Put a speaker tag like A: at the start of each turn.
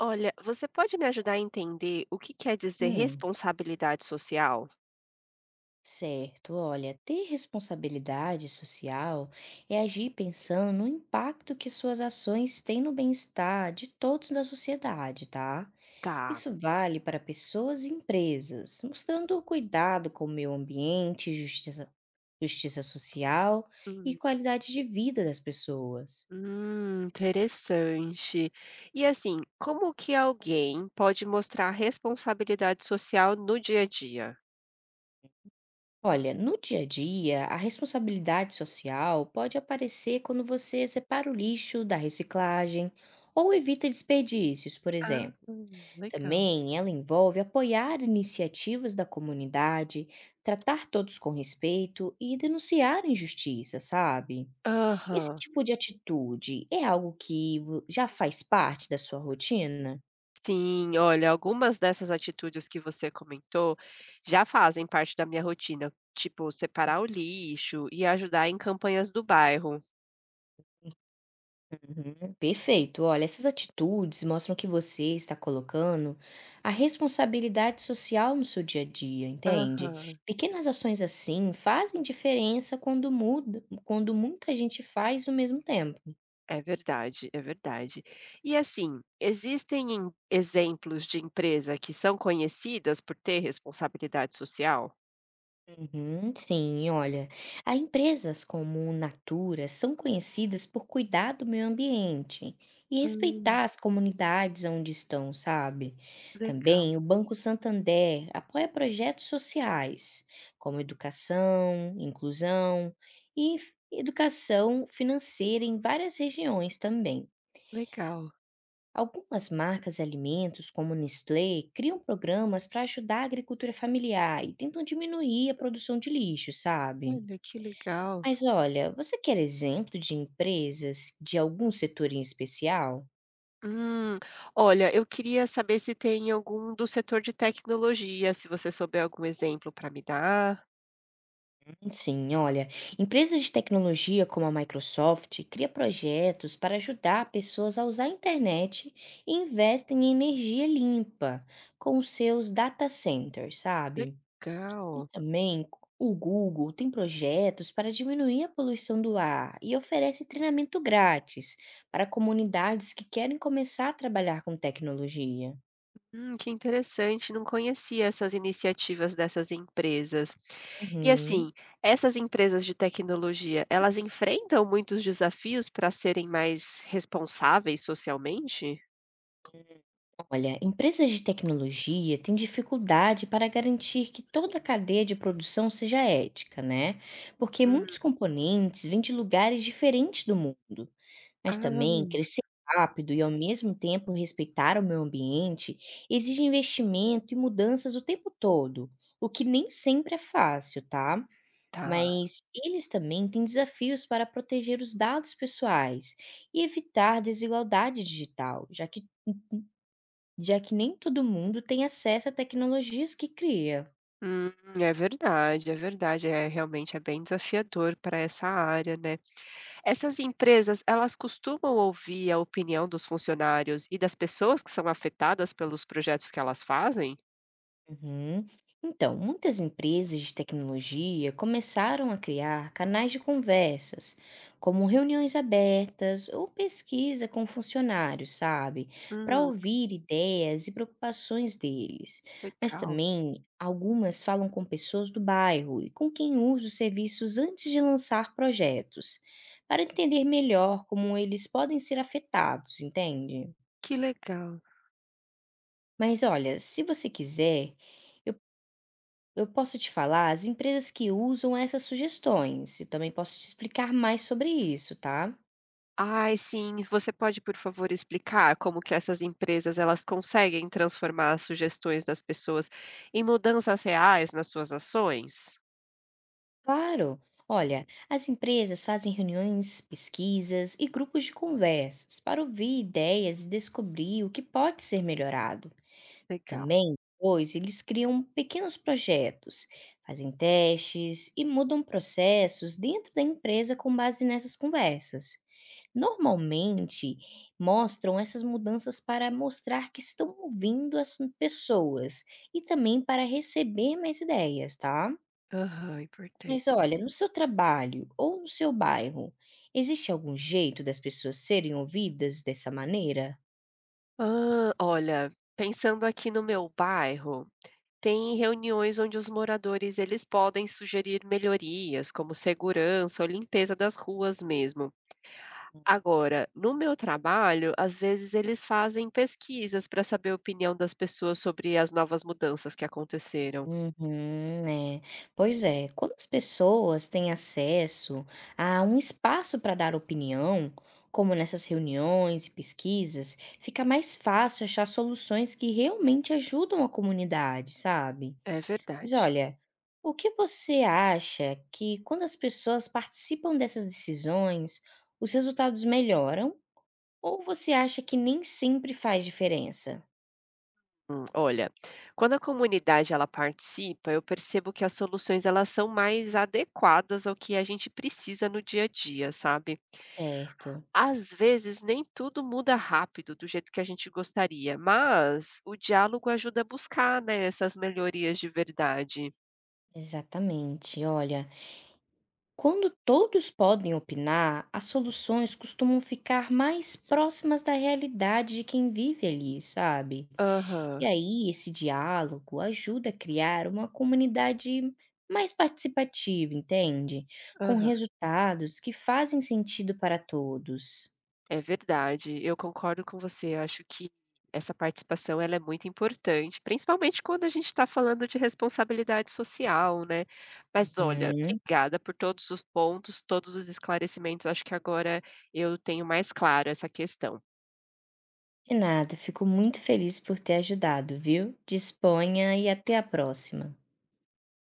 A: Olha, você pode me ajudar a entender o que quer dizer
B: Hum,
A: responsabilidade social?
B: certo. Olha, ter responsabilidade social é agir pensando no impacto que suas ações têm no bem-estar de todos da sociedade, tá?
A: Tá.
B: Isso vale para pessoas e empresas, mostrando o cuidado com o meio ambiente, justiça, justiça social e
A: Hum,
B: qualidade de vida das pessoas.
A: interessante. E assim, como que alguém pode mostrar responsabilidade social no dia a dia?
B: Olha, no dia a dia, a responsabilidade social pode aparecer quando você separa o lixo da reciclagem ou evita desperdícios, por
A: Ah,
B: exemplo.
A: legal.
B: Também ela envolve apoiar iniciativas da comunidade, tratar todos com respeito e denunciar injustiça, sabe? Esse
A: Aham.
B: tipo de atitude é algo que já faz parte da sua rotina?
A: Sim, olha, algumas dessas atitudes que você comentou já fazem parte da minha rotina, tipo separar o lixo e ajudar em campanhas do bairro.
B: Uhum, perfeito. Olha, essas atitudes mostram que você está colocando a responsabilidade social no seu dia a dia, entende?
A: Aham.
B: Pequenas ações assim fazem diferença quando muita gente faz ao mesmo tempo.
A: É verdade, é verdade. E assim, existem em exemplos de empresa que são conhecidas por ter responsabilidade social?
B: Uhum, sim, olha, há empresas como Natura são conhecidas por cuidar do meio ambiente e
A: Hum,
B: respeitar as comunidades onde estão, sabe?
A: legal,
B: Também o Banco Santander apoia projetos sociais, como educação, inclusão e educação financeira em várias regiões também.
A: legal.
B: Algumas marcas de alimentos, como Nestlé, criam programas para ajudar a agricultura familiar e tentam diminuir a produção de lixo, sabe?
A: Olha, que legal.
B: Mas olha, você quer exemplo de empresas de algum setor em especial?
A: Hum, olha, eu queria saber se tem algum do setor de tecnologia, se você souber algum exemplo para me dar.
B: Sim, olha, empresas de tecnologia como a Microsoft cria projetos para ajudar pessoas a usar a internet e investem em energia limpa com os seus data centers, sabe? E
A: Legal.
B: também, o Google tem projetos para diminuir a poluição do ar e oferece treinamento grátis para comunidades que querem começar a trabalhar com tecnologia.
A: Que interessante, não conhecia essas iniciativas dessas empresas. E
B: Uhum.
A: assim, essas empresas de tecnologia, elas enfrentam muitos desafios para serem mais responsáveis socialmente?
B: Olha, empresas de tecnologia têm dificuldade para garantir que toda a cadeia de produção seja ética, né? Porque
A: Hum,
B: muitos componentes vêm de lugares diferentes do mundo. Mas também
A: ah,
B: crescer rápido e ao mesmo tempo respeitar o meio ambiente exige investimento e mudanças o tempo todo, o que nem sempre é fácil, tá?
A: tá.
B: Mas eles também têm desafios para proteger os dados pessoais e evitar desigualdade digital, já que nem todo mundo tem acesso a tecnologias que cria.
A: Hum, é verdade, é verdade, é realmente é bem desafiador para essa área, né. Essas empresas, elas costumam ouvir a opinião dos funcionários e das pessoas que são afetadas pelos projetos que elas fazem?
B: Uhum. Então, muitas empresas de tecnologia começaram a criar canais de conversas, como reuniões abertas ou pesquisa com funcionários, sabe? Para
A: Hum,
B: ouvir ideias e preocupações deles. Mas
A: legal,
B: também algumas falam com pessoas do bairro e com quem usa os serviços antes de lançar projetos, para entender melhor como eles podem ser afetados, entende?
A: que legal.
B: Mas olha, se você quiser. Eu posso te falar as empresas que usam essas sugestões e também posso te explicar mais sobre isso, tá?
A: Ai, sim. Você pode, por favor, explicar como que essas empresas elas conseguem transformar as sugestões das pessoas em mudanças reais nas suas ações?
B: Claro! Olha, as empresas fazem reuniões, pesquisas e grupos de conversas para ouvir ideias e descobrir o que pode ser melhorado.
A: Legal.
B: Também, depois, eles criam pequenos projetos, fazem testes e mudam processos dentro da empresa com base nessas conversas. Normalmente mostram essas mudanças para mostrar que estão ouvindo as pessoas e também para receber mais ideias, tá?
A: Aham, importante.
B: Mas olha, no seu trabalho ou no seu bairro, existe algum jeito das pessoas serem ouvidas dessa maneira?
A: Ah, olha, pensando aqui no meu bairro, tem reuniões onde os moradores eles podem sugerir melhorias, como segurança ou limpeza das ruas mesmo. Agora, no meu trabalho, às vezes eles fazem pesquisas para saber a opinião das pessoas sobre as novas mudanças que aconteceram.
B: Uhum, né. Pois é, quando as pessoas têm acesso a um espaço para dar opinião, como nessas reuniões e pesquisas, fica mais fácil achar soluções que realmente ajudam a comunidade, sabe?
A: É
B: Mas
A: verdade.
B: olha, o que você acha que quando as pessoas participam dessas decisões, os resultados melhoram? Ou você acha que nem sempre faz diferença?
A: Olha, quando a comunidade ela participa, eu percebo que as soluções elas são mais adequadas ao que a gente precisa no dia a dia, sabe?
B: Certo,
A: Às vezes nem tudo muda rápido do jeito que a gente gostaria, mas o diálogo ajuda a buscar, né, essas melhorias de verdade.
B: exatamente. Olha. Quando todos podem opinar, as soluções costumam ficar mais próximas da realidade de quem vive ali, sabe? E
A: Aham,
B: aí, esse diálogo ajuda a criar uma comunidade mais participativa, entende? Com
A: aham.
B: resultados que fazem sentido para todos.
A: É verdade, eu concordo com você, eu acho que essa participação ela é muito importante, principalmente quando a gente está falando de responsabilidade social, né. Mas olha,
B: Uhum.
A: obrigada por todos os pontos, todos os esclarecimentos, acho que agora eu tenho mais claro essa questão.
B: De nada, fico muito feliz por ter ajudado, viu? Disponha e até a próxima.